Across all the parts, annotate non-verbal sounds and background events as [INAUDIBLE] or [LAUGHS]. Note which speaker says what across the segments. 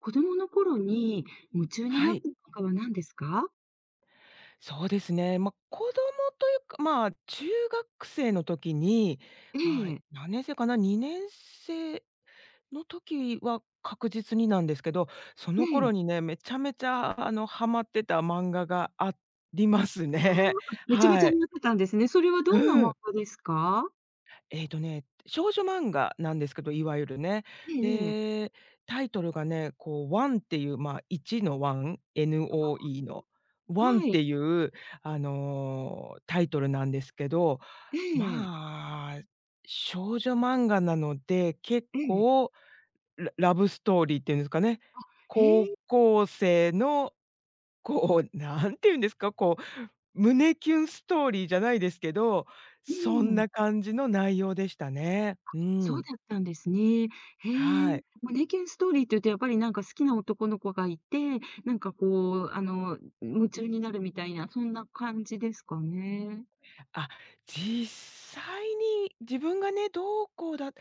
Speaker 1: 子供の頃に夢中に
Speaker 2: は
Speaker 1: なっ
Speaker 2: い、
Speaker 1: た漫かは何ですか？
Speaker 2: そうですね。まあ、子供というか、まあ、中学生の時に、
Speaker 1: え
Speaker 2: まあ、
Speaker 1: え、
Speaker 2: 何年生かな、2年生の時は確実になんですけど、そ
Speaker 1: え
Speaker 2: の
Speaker 1: え。
Speaker 2: 頃にね、めちゃめちゃ、ハマってた漫画があります
Speaker 1: あ
Speaker 2: ね。
Speaker 1: あ、
Speaker 2: [LAUGHS]
Speaker 1: めちゃめちゃ
Speaker 2: は
Speaker 1: ハ
Speaker 2: い。
Speaker 1: マってたんですね。それは
Speaker 2: う
Speaker 1: どんな漫
Speaker 2: ん。
Speaker 1: 画ですか？
Speaker 2: 少女漫画なんですけど、いわゆるね。
Speaker 1: ええええ。
Speaker 2: で、タイトルがね、こう、ワンっていう、まあ、1のワン、NOE の、ワンっ
Speaker 1: は
Speaker 2: て
Speaker 1: い。
Speaker 2: いう、タイトルなんですけど、
Speaker 1: ええ、え
Speaker 2: まあ、少女漫画なので、結
Speaker 1: え。
Speaker 2: 構ララブストーリーっていうんですかね、
Speaker 1: へ
Speaker 2: 高
Speaker 1: え、
Speaker 2: 校生のこう、なんていうんですか、こう胸キュンストーリーじゃないですけど、
Speaker 1: う
Speaker 2: そん
Speaker 1: ん、
Speaker 2: な感じの内容でしたね。う
Speaker 1: そう
Speaker 2: ん。
Speaker 1: だったんですね。へえ。
Speaker 2: はい。
Speaker 1: 胸キュンストーリーっていうとやっぱりなんか好きな男の子がいて、なんかこう、あの、夢中になるみたいな、そんな感じですかね。
Speaker 2: あ、実際に自分がね、ど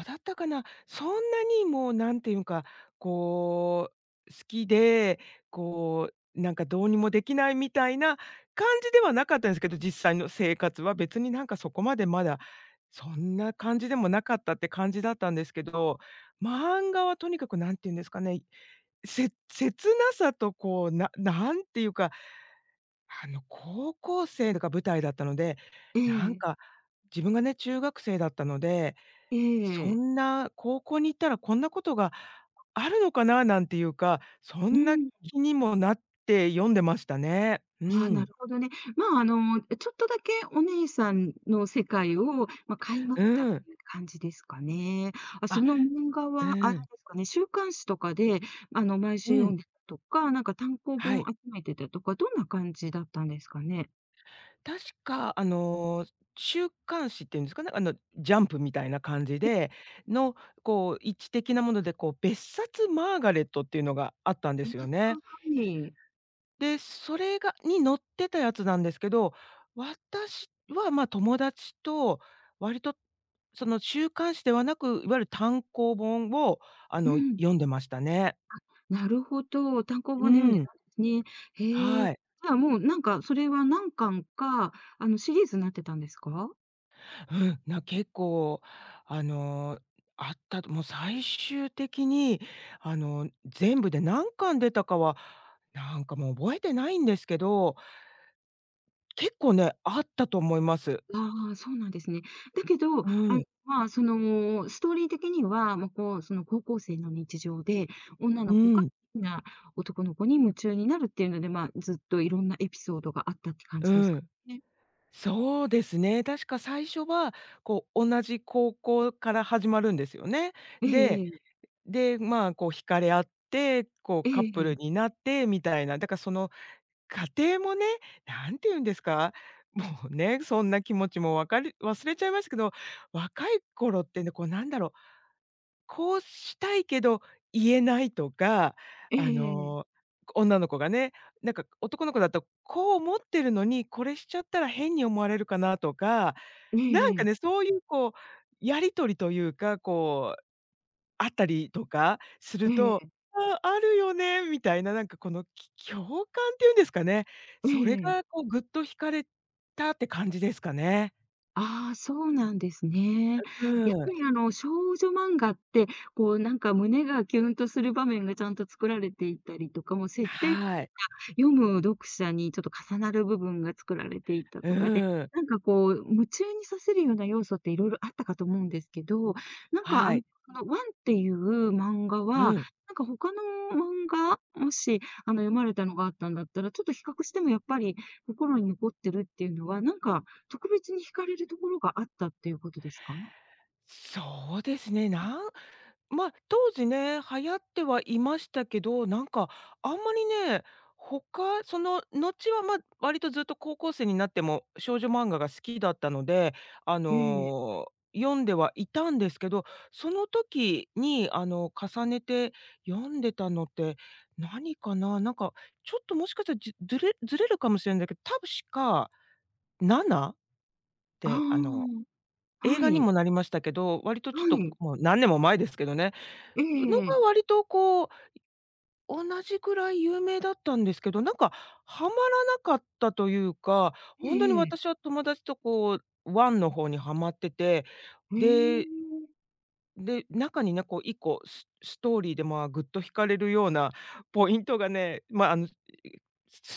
Speaker 2: うだったかな。そんなにもうなんていうか、こう、好きで、こう、なんかどうにもできないみたいな感じではなかったんですけど、実際の生活は別になんかそこまでまだ、そんな感じでもなかったって感じだったんですけど、漫画はとにかくなんていうんですかね、切なさとこう、んていうか高校生が舞台だったので、
Speaker 1: え
Speaker 2: なん
Speaker 1: え、
Speaker 2: か自分がね、中学生だったので、
Speaker 1: え
Speaker 2: そ
Speaker 1: え。
Speaker 2: んな高校に行ったらこんなことがあるのかななんていうか、そ
Speaker 1: う
Speaker 2: んな
Speaker 1: ん。
Speaker 2: 気にもなって読んでましたね。う
Speaker 1: ああ、な
Speaker 2: ん。
Speaker 1: るほどね。まあ、あの、ちょっとだけお姉さんの世界を、まあ、垣間見たっ
Speaker 2: うん。
Speaker 1: ていう感じですかね。あ、そ
Speaker 2: あ、
Speaker 1: の漫画
Speaker 2: う
Speaker 1: はあれで
Speaker 2: ん。
Speaker 1: すかね、週刊誌とかで、あの、毎
Speaker 2: う
Speaker 1: 週読
Speaker 2: ん。
Speaker 1: んでたとか、なんか単行
Speaker 2: は
Speaker 1: 本
Speaker 2: い。
Speaker 1: 集めてたとか、どんな感じだったんですかね？
Speaker 2: 確か週刊誌っていうんですかね、ジャンプみたいな感じでの、こう、一致的なもので、こう、別冊マーガレットっていうのがあったんです
Speaker 1: あ、
Speaker 2: よね。
Speaker 1: はい。
Speaker 2: で、それがに載ってたやつなんですけど、私は、ま、友達と割とその週刊誌ではなく、いわゆる単行本を、
Speaker 1: うん、
Speaker 2: 読んでましたね。
Speaker 1: なるほど、単行
Speaker 2: う
Speaker 1: 本で読んで
Speaker 2: ん。
Speaker 1: たんですね。へえ。
Speaker 2: は
Speaker 1: じ
Speaker 2: い。
Speaker 1: ゃあ、もう、なんか、それは何巻か、あの、シリーズになってたんですか？
Speaker 2: 結構、あの、あったともう最終的に、全部で何巻出たかは、なんかもう覚えてないんですけど、結構ね、あったと思います。
Speaker 1: ああ、そうなんですね。だけど、
Speaker 2: う
Speaker 1: あの、
Speaker 2: ん。
Speaker 1: まあ、その、ストーリー的には、まあ、こう、その、高校生の日常で、女
Speaker 2: う
Speaker 1: の子が
Speaker 2: ん。
Speaker 1: 好きな男の子に夢中になるっていうので、まあ、ずっといろんなエピソードがあったって感
Speaker 2: う
Speaker 1: じですか
Speaker 2: ん。
Speaker 1: ね。
Speaker 2: そうですね。確か最初は、こう、同じ高校から始まるんですよね。
Speaker 1: ええ
Speaker 2: で
Speaker 1: ええ。
Speaker 2: で、まあ、こう惹かれ合って、こう
Speaker 1: え
Speaker 2: カ
Speaker 1: え
Speaker 2: ップ
Speaker 1: え
Speaker 2: ル
Speaker 1: え。
Speaker 2: になってみたいな。だからその過程もね、なんて言うんですか、[LAUGHS] もうね、そんな気持ちもわかり忘れちゃいますけど、若い頃ってね、こうなんだろうこうしたいけど言えないとか、
Speaker 1: え
Speaker 2: あ
Speaker 1: ええ
Speaker 2: の、
Speaker 1: え。
Speaker 2: 女の子がね、なんか男の子だと、こう思ってるのに、これしちゃったら変に思われるかなとか、
Speaker 1: え
Speaker 2: なん
Speaker 1: ええ
Speaker 2: か
Speaker 1: え。
Speaker 2: ね、そういうこう、やり取りというか、こう、あったりとかす
Speaker 1: え
Speaker 2: ると、
Speaker 1: え。
Speaker 2: あ、あるよねみたいな、なんかこの、共感っていうんですかね、それ
Speaker 1: え
Speaker 2: が
Speaker 1: え。
Speaker 2: こうぐっと惹かれたって感じですかね。
Speaker 1: ああ、そうなんですね。やっ
Speaker 2: う
Speaker 1: ぱ
Speaker 2: ん。
Speaker 1: り、あの、少女漫画って、こう、なんか胸がキュンとする場面がちゃんと作られていたりとか、もう設定
Speaker 2: はい。
Speaker 1: 読む読者にちょっと重なる部分が作られていったとかで、
Speaker 2: うん。
Speaker 1: なんかこう、夢中にさせるような要素っていろいろあったかと思うんですけど、なんかあ
Speaker 2: は
Speaker 1: の、
Speaker 2: い。
Speaker 1: このワンっていう漫画は、な
Speaker 2: うん。
Speaker 1: んか他の漫画、もしあの、読まれたのがあったんだったら、ちょっと比較してもやっぱり心に残ってるっていうのは、なんか特別に惹かれるところがあったっていうことですか？
Speaker 2: そうですね。まあ、当時ね、流行ってはいましたけど、なんかあんまりね、他その後は、まあ、割とずっと高校生になっても少女漫画が好きだったので、あ
Speaker 1: ええ。
Speaker 2: の、読んではいたんですけど、その時に重ねて読んでたのって何かな、なんかちょっともしかしたら、じずれずれるかもしれないんだけど、多分しかナナっ
Speaker 1: あ
Speaker 2: て
Speaker 1: あ、
Speaker 2: 映
Speaker 1: は
Speaker 2: 画に
Speaker 1: い、
Speaker 2: もなりましたけど、割とちょっ
Speaker 1: は
Speaker 2: と
Speaker 1: い。
Speaker 2: もう何年も前ですけどね、
Speaker 1: え
Speaker 2: の
Speaker 1: えええ。
Speaker 2: が割とこう、同じくらい有名だったんですけど、なんかハマらなかったというか、ほんとに
Speaker 1: ええ
Speaker 2: 私
Speaker 1: え
Speaker 2: は友達とこう、ワンの方にハマってて、で
Speaker 1: え。
Speaker 2: で、中にね、こう1個ストーリーで、まあ、ぐっと惹かれるようなポイントがね、まあ、ス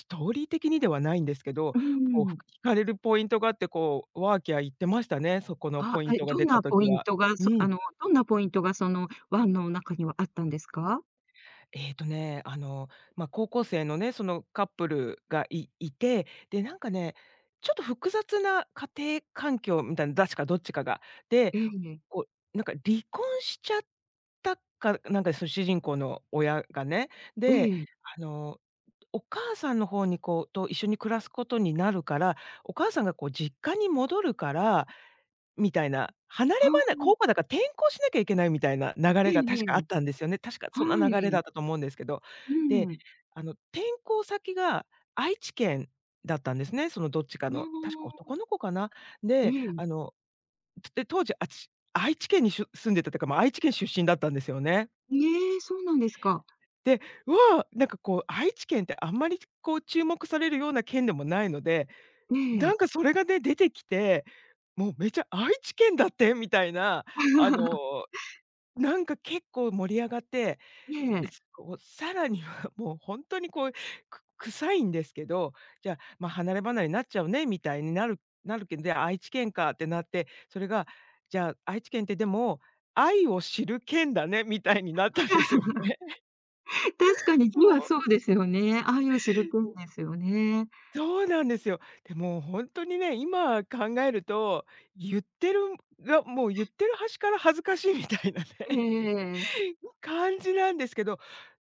Speaker 2: トーリー的にではないんですけど、
Speaker 1: う
Speaker 2: こう、
Speaker 1: ん。
Speaker 2: 惹かれるポイントがあって、こう、ワーキャー言ってましたね、そこの
Speaker 1: あ、
Speaker 2: ポイン
Speaker 1: え、
Speaker 2: トが出た時は。うん。
Speaker 1: どんなポイントがその湾の中にはあったんですか？
Speaker 2: えっとね、あの、まあ、高校生のね、そのカップルがいて、で、なんかね、ちょっと複雑な家庭環境みたいな、確かどっちかが。で
Speaker 1: ええ、
Speaker 2: こう、なんか離婚しちゃったか、なんかその主人公の親がね、
Speaker 1: え
Speaker 2: で、
Speaker 1: え、
Speaker 2: あの、お母さんの方にこうと一緒に暮らすことになるから、お母さんがこう実家に戻るから、みたいな、離れ
Speaker 1: は
Speaker 2: ばな
Speaker 1: あ、
Speaker 2: 高校だから転校しなきゃいけないみたいな流
Speaker 1: ええ
Speaker 2: れが
Speaker 1: え
Speaker 2: 確かあっ
Speaker 1: え、
Speaker 2: たんですよね。確か
Speaker 1: は
Speaker 2: そんな流れだ
Speaker 1: い、
Speaker 2: ったと思うんですけど。
Speaker 1: う
Speaker 2: で、
Speaker 1: ん、
Speaker 2: 転校先が愛知県だったんですね、そのどっちか
Speaker 1: ああ、
Speaker 2: の、確か男の子かな。
Speaker 1: え
Speaker 2: で、
Speaker 1: え、
Speaker 2: 当時、愛知県に住んでたとか、ま、愛知県出身だったんですよね。
Speaker 1: ええ、そうなんですか。
Speaker 2: で、うわ、なんかこう、愛知県ってあんまりこう注目されるような県でもないので、
Speaker 1: え
Speaker 2: なんか
Speaker 1: え。
Speaker 2: それがね、出てきて、もうめちゃ愛知県だってみたいな、あの
Speaker 1: [LAUGHS]
Speaker 2: なんか結構盛り上がって、
Speaker 1: ええ。
Speaker 2: こう、さらには [LAUGHS] もうほんとにこう、臭いんですけど、じゃあ、ま、離れ離れになっちゃうねみたいになるけど、で、愛知県かってなって、それが、じゃあ、愛知県ってでも、愛を知る県だねみたいになったんですよ
Speaker 1: [LAUGHS]
Speaker 2: ね。[LAUGHS]
Speaker 1: 確かに字
Speaker 2: も
Speaker 1: は
Speaker 2: う
Speaker 1: そうですよね。ああいうシルクーンですよね。
Speaker 2: そうなんですよ。で、もうほんとにね、今考えると、言ってるがもう言ってる端から恥ずかしいみたいな
Speaker 1: ええ
Speaker 2: ね、
Speaker 1: ええええ。
Speaker 2: [LAUGHS] 感じなんですけど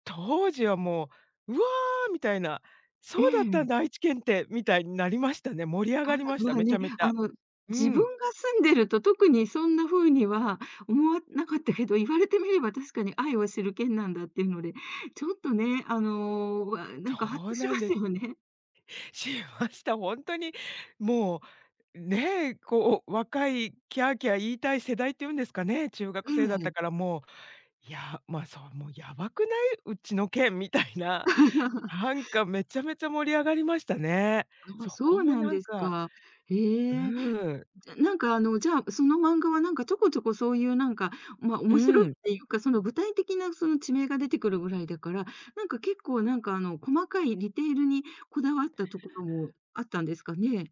Speaker 2: 当時はもう、うわ！ーみたいな、
Speaker 1: え
Speaker 2: そうだったん
Speaker 1: え。
Speaker 2: だ、愛知県って、みたいになりましたね。盛り上
Speaker 1: あ
Speaker 2: がりまし
Speaker 1: ま
Speaker 2: た、
Speaker 1: あ
Speaker 2: めち
Speaker 1: ね、
Speaker 2: ゃめち
Speaker 1: あ
Speaker 2: ゃ。
Speaker 1: の、
Speaker 2: う
Speaker 1: 自
Speaker 2: ん、
Speaker 1: 分が住んでると特にそんな風には思わなかったけど、言われてみれば確かに愛を知る県なんだっていうので、ちょっとね、あの、なんかハッ
Speaker 2: そ
Speaker 1: と
Speaker 2: う
Speaker 1: し
Speaker 2: な
Speaker 1: ま
Speaker 2: んで
Speaker 1: す
Speaker 2: す。
Speaker 1: よね。
Speaker 2: しました。本当にもう、ねえ、こう、若いキャーキャー言いたい世代っていうんですかね、中
Speaker 1: う
Speaker 2: 学生だった
Speaker 1: ん。
Speaker 2: からもう、いや、ま、あそう、もうやばくない？うちの県みたいな、な
Speaker 1: [LAUGHS]
Speaker 2: んかめちゃめちゃ盛り上がりましたね。
Speaker 1: ああ、
Speaker 2: そこ
Speaker 1: そう
Speaker 2: も
Speaker 1: なん
Speaker 2: なん
Speaker 1: です
Speaker 2: か
Speaker 1: か。へえ。
Speaker 2: うん、
Speaker 1: じゃ、なんかあの、じゃあ、その漫画はなんかちょこちょこそういうなんか、ま、
Speaker 2: う
Speaker 1: 面白いっ
Speaker 2: ん。
Speaker 1: ていうか、その具体的なその地名が出てくるぐらいだから、なんか結構なんかあの、細かいディテールにこだわったところもあったんですかね？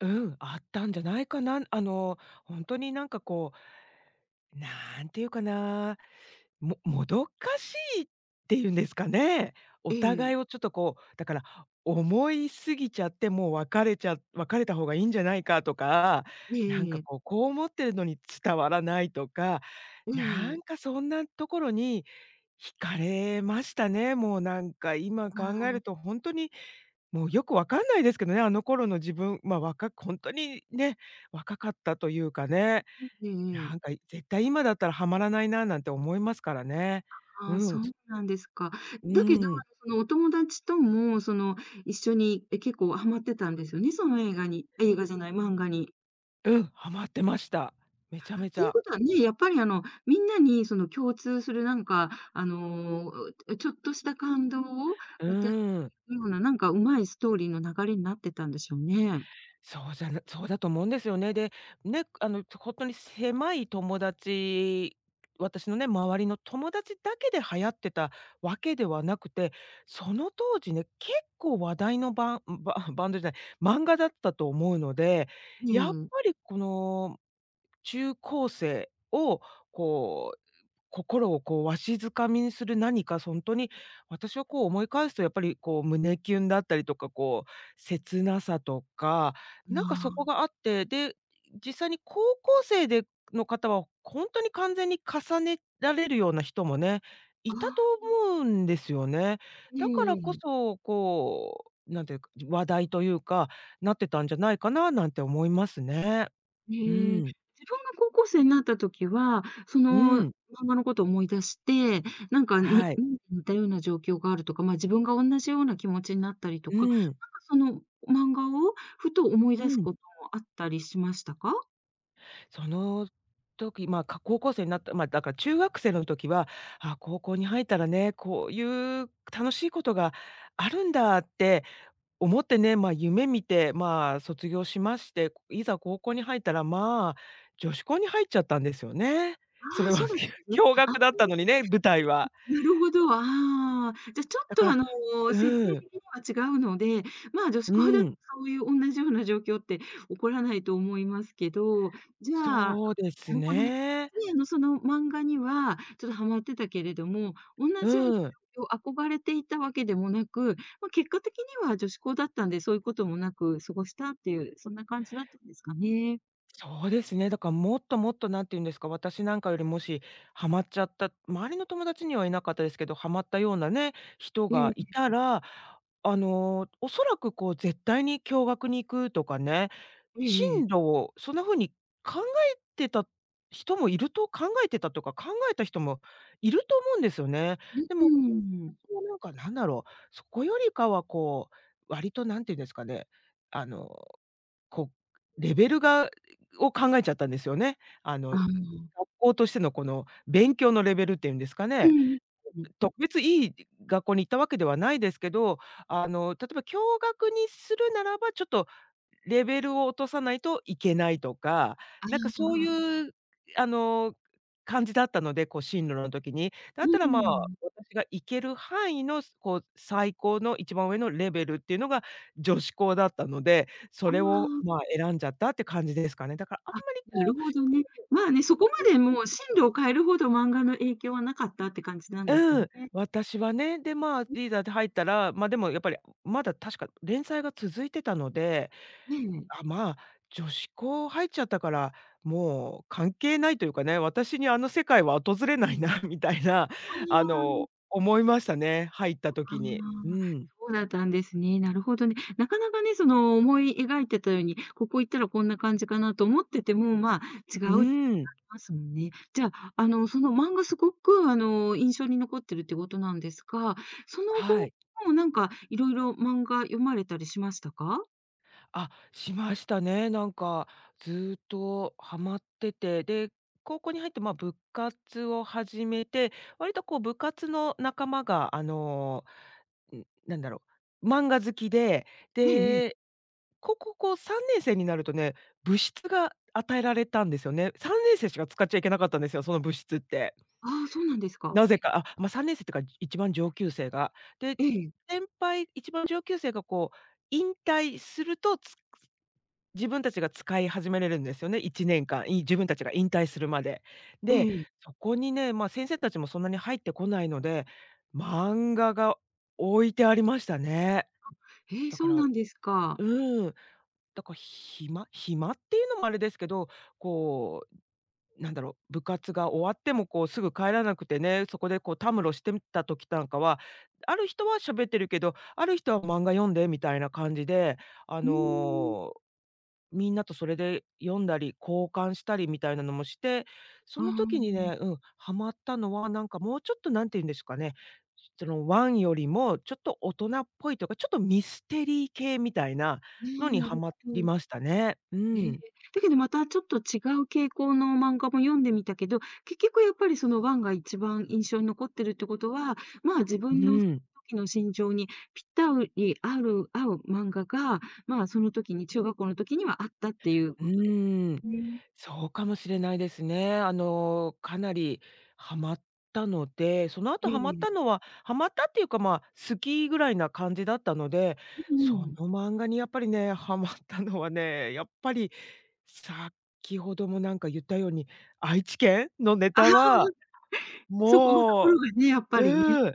Speaker 2: うん、あったんじゃないかな。本当になんかこう、なんていうかな、もどかしいっていうんですかね。お
Speaker 1: え
Speaker 2: 互い
Speaker 1: え、
Speaker 2: をちょっとこう、だから思いすぎちゃって、もう別れた方がいいんじゃないかとか、
Speaker 1: え
Speaker 2: なん
Speaker 1: ええ
Speaker 2: か
Speaker 1: え、
Speaker 2: こう、こう思ってるのに伝わらないとか、
Speaker 1: え
Speaker 2: な
Speaker 1: え、
Speaker 2: んかそんなところに惹かれましたね。もうなんか今考
Speaker 1: あ
Speaker 2: える
Speaker 1: あ、
Speaker 2: と本当にもうよくわかんないですけどね、あの頃の自分、ま、若くほんとにね、若かったというかね、
Speaker 1: えええ
Speaker 2: なん
Speaker 1: え。
Speaker 2: か絶対今だったらハマらないななんて思いますからね。
Speaker 1: あ
Speaker 2: う
Speaker 1: あ、
Speaker 2: ん、
Speaker 1: そ
Speaker 2: う
Speaker 1: うなんですか。
Speaker 2: ー
Speaker 1: だけど、
Speaker 2: ん、
Speaker 1: そのお友達とも、その、一緒に、結構ハマってたんですよね、その映画に映画じゃない、漫画に。
Speaker 2: うん、ハマってました。めちゃめ
Speaker 1: っ
Speaker 2: ち
Speaker 1: ていう
Speaker 2: ゃ。
Speaker 1: ことはね、やっぱりあの、みんなにその共通するなんか、あの、ちょっとした感動を
Speaker 2: う
Speaker 1: 与え
Speaker 2: ーん。
Speaker 1: るような、なんかうまいストーリーの流れになってたんでしょうね。
Speaker 2: そうじゃなそうだと思うんですよね。で、ね、あの、本当に狭い友達、私のね、周りの友達だけで流行ってたわけではなくて、その当時ね、結構話題のバンバ [LAUGHS] バンドじゃない、漫画だったと思うので、
Speaker 1: え
Speaker 2: やっ
Speaker 1: え。
Speaker 2: ぱりこの中高生をこう、心をこう、わしづかみにする何か、そんとに、私はこう思い返すとやっぱりこう、胸キュンだったりとか、こう、切なさとか、
Speaker 1: な
Speaker 2: なんかそ
Speaker 1: あ、
Speaker 2: こがあって、で、実際に高校生での方は、ほんとに完全に重ねられるような人もね、
Speaker 1: あ
Speaker 2: いたと
Speaker 1: あ、
Speaker 2: 思うんですよね。
Speaker 1: ええ
Speaker 2: だか
Speaker 1: ええ
Speaker 2: ら
Speaker 1: え
Speaker 2: こ
Speaker 1: え。
Speaker 2: そ、こう、なんていうか、話題というか、なってたんじゃないかななんて思いますね。う
Speaker 1: へえ。自
Speaker 2: ん。
Speaker 1: 分が高校生になった時は、そ
Speaker 2: う
Speaker 1: の
Speaker 2: ん。
Speaker 1: 漫画のことを思い出して、なんか、に
Speaker 2: はい。
Speaker 1: 似たような状況があるとか、まあ、自分が同じような気持ちになったりと
Speaker 2: う
Speaker 1: か、なん
Speaker 2: ん。
Speaker 1: かその漫画をふと思い
Speaker 2: う
Speaker 1: 出す
Speaker 2: ん。
Speaker 1: こともあったりしましたか？
Speaker 2: その時、まあ、か高校生になった、まあ、だから中学生の時は、あ、高校に入ったらね、こういう楽しいことがあるんだって思ってね、まあ、夢見て、まあ、卒業しまして、いざ高校に入ったら、まあ、女子校に入っちゃったんですよね。
Speaker 1: あ
Speaker 2: それ
Speaker 1: あ、
Speaker 2: は
Speaker 1: そうだったん
Speaker 2: [LAUGHS]
Speaker 1: ですね。
Speaker 2: 驚愕
Speaker 1: ああ。
Speaker 2: 学だったのにね、舞台は。
Speaker 1: なるほど、ああ。じゃ、ちょっ
Speaker 2: だか
Speaker 1: とあ
Speaker 2: ら
Speaker 1: の、設定
Speaker 2: うん、
Speaker 1: 的には違うので、まあ、女子
Speaker 2: う
Speaker 1: 校だと
Speaker 2: ん、
Speaker 1: そういうおんなじような状況って起こらないと思いますけど、じゃあ
Speaker 2: そうで
Speaker 1: な
Speaker 2: す
Speaker 1: るほどね。
Speaker 2: ね。
Speaker 1: で、あの、その漫画にはちょっとハマってたけれども、おんなじような
Speaker 2: うん。
Speaker 1: 状況憧れていたわけでもなく、ま、結果的には女子校だったんで、そういうこともなく過ごしたっていう、そんな感じだったんですかね。
Speaker 2: そうですね。だからもっともっと何て言うんですか、私なんかよりもしハマっちゃった、周りの友達にはいなかったですけど、ハマったようなね、人
Speaker 1: え
Speaker 2: がい
Speaker 1: え、
Speaker 2: たら、おそらくこう絶対に共学に行くとかね、
Speaker 1: ええええ。
Speaker 2: 進路をそんな風に考えてた人もいると、考えてたとか、考えた人もいると思うんですよね。
Speaker 1: うー
Speaker 2: でも、
Speaker 1: ん。
Speaker 2: 私はなんかなんだろう、そこよりかはこう、割と何て言うんですかね、あのこう、レベルがを考えちゃったんですよね。あの、学
Speaker 1: あ、
Speaker 2: 校としてのこの勉強のレベルっていうんですか
Speaker 1: う
Speaker 2: ね、
Speaker 1: ん。うん。
Speaker 2: 特別いい学校に行ったわけではないですけど、例えば共学にするならば、ちょっとレベルを落とさないといけないとか、
Speaker 1: あ
Speaker 2: なんかそう
Speaker 1: あ、
Speaker 2: いうあの、感じだったので、こう進路の時に。だ
Speaker 1: う
Speaker 2: ったら、まあ、
Speaker 1: ん。
Speaker 2: 私が行ける範囲の、こう最高の一番上のレベルっていうのが女子校だったので、
Speaker 1: あ
Speaker 2: それを、
Speaker 1: あ、
Speaker 2: まあ、選んじゃったって感じですかね。だからあん
Speaker 1: あ、
Speaker 2: まり
Speaker 1: な
Speaker 2: こ
Speaker 1: る
Speaker 2: う、
Speaker 1: ほどね。まあね、そこまでもう進路を変えるほど漫画の影響はなかったって感じなんですか
Speaker 2: う
Speaker 1: ね。
Speaker 2: ん、私はね、で、まあ、リーダーで入ったら、ま、でもやっぱりまだ確か連載が続いてたので、
Speaker 1: ねえ。
Speaker 2: あ、まあ、女子校入っちゃったから、もう関係ないというかね、私にあの世界は訪れないな [LAUGHS] みたいな、
Speaker 1: あ
Speaker 2: 思いましたね、入っ
Speaker 1: あ、
Speaker 2: た時に。う
Speaker 1: ああ、
Speaker 2: ん。
Speaker 1: そうだったんですね。なるほどね。なかなかね、その思い描いてたように、ここ行ったらこんな感じかなと思ってても、まあ、違
Speaker 2: う
Speaker 1: うって
Speaker 2: ん、
Speaker 1: ますもんね。じゃあ、あの、その漫画すごく、あの、印象に残ってるってことなんですが、その
Speaker 2: は
Speaker 1: 後
Speaker 2: い。
Speaker 1: もなんかいろいろ漫画読まれたりしましたか？
Speaker 2: あ、しましたね。なんかずーっとハマってて、で、高校に入って、まあ、部活を始めて、割とこう部活の仲間がうん、なんだろう、漫画好きで、
Speaker 1: えええ
Speaker 2: で、
Speaker 1: え。
Speaker 2: こう3年生になるとね、部室が与えられたんですよね。3年生しか使っちゃいけなかったんですよ、その部室って。
Speaker 1: ああ、そうなんですか。
Speaker 2: なぜか、あ、ま、3年生ってか、一番上級生が。で、
Speaker 1: ええ。
Speaker 2: 先輩一番上級生がこう引退すると、つ自分たちが使い始めれるんですよね、1年間、い自分たちが引退するまで。
Speaker 1: え
Speaker 2: で、
Speaker 1: え。
Speaker 2: そこにね、ま、先生たちもそんなに入ってこないので、漫画が置いてありましたね。
Speaker 1: ええ、
Speaker 2: だか
Speaker 1: そう
Speaker 2: ら
Speaker 1: な
Speaker 2: う
Speaker 1: んですか。
Speaker 2: ーん、だから暇暇っていうのもあれですけど、こう、なんだろう、部活が終わってもこうすぐ帰らなくてね、そこでこうたむろしてみた時なんかは、ある人は喋ってるけど、ある人は漫画読んでみたいな感じで、あ
Speaker 1: うーん。
Speaker 2: のみんなとそれで読んだり、交換したりみたいなのもして、
Speaker 1: あ
Speaker 2: その時に
Speaker 1: あ、
Speaker 2: ね、うん、ハマったのは、なんかもうちょっとなんて言うんですかね、そのワンよりもちょっと大人っぽいというか、ちょっとミステリー系みたいな
Speaker 1: いや、
Speaker 2: のに
Speaker 1: な
Speaker 2: ハ
Speaker 1: る
Speaker 2: マ
Speaker 1: ほ
Speaker 2: り
Speaker 1: ど。
Speaker 2: ましたね。う
Speaker 1: ええ。
Speaker 2: ん。
Speaker 1: だけどまたちょっと違う傾向の漫画も読んでみたけど、結局やっぱりそのワンが一番印象に残ってるってことは、まあ、自
Speaker 2: う
Speaker 1: 分の
Speaker 2: ん。
Speaker 1: 時の心情にぴったり合う漫画が、まあ、その時に中学校の時にはあったっていう
Speaker 2: う
Speaker 1: ことで
Speaker 2: ーん、
Speaker 1: すね。
Speaker 2: そうかもしれないですね。あの、かなりハマったので、その後
Speaker 1: え
Speaker 2: ハマっ
Speaker 1: え。
Speaker 2: たのは、ハマったっていうか、まあ、好きぐらいな感じだったので、
Speaker 1: うん
Speaker 2: そ
Speaker 1: うん。
Speaker 2: の漫画にやっぱりね、ハマったのはね、やっぱり先ほどもなんか言ったように、愛知県のネ
Speaker 1: あ
Speaker 2: タ
Speaker 1: あ、
Speaker 2: は、
Speaker 1: そこのとこ
Speaker 2: も
Speaker 1: ろがね、やっ
Speaker 2: う、
Speaker 1: ぱりね。
Speaker 2: うーん、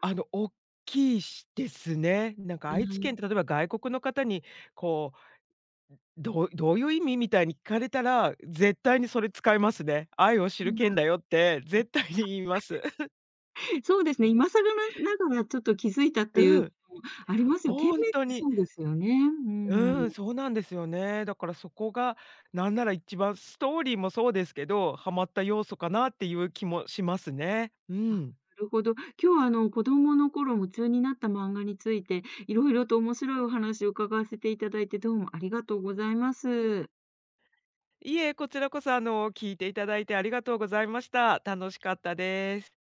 Speaker 2: おっきいしですね。なん
Speaker 1: あ
Speaker 2: か愛知県って
Speaker 1: あ、
Speaker 2: 例えば外国の方にこう、どうどういう意味みたいに聞かれたら、絶対にそれ使いますね。愛を知
Speaker 1: う
Speaker 2: る剣
Speaker 1: ん。
Speaker 2: だよって絶対に言います。
Speaker 1: そうですね、今更ながらちょっと気づいたっていう
Speaker 2: うん。
Speaker 1: ありますよ。懸
Speaker 2: ほん
Speaker 1: 命っ
Speaker 2: と
Speaker 1: て
Speaker 2: に。
Speaker 1: そうですよね。うん、な
Speaker 2: うん、そうなんですよね。だからそこが、なんなら一番ストーリーもそうですけど、ハマった要素かなっていう気もしますね。うん。
Speaker 1: るほど。今日はあの、子供の頃夢中になった漫画について、いろいろと面白いお話を伺わせていただいて、どうもありがとうございます。
Speaker 2: いえ、こちらこそ聞いていただいてありがとうございました。楽しかったです。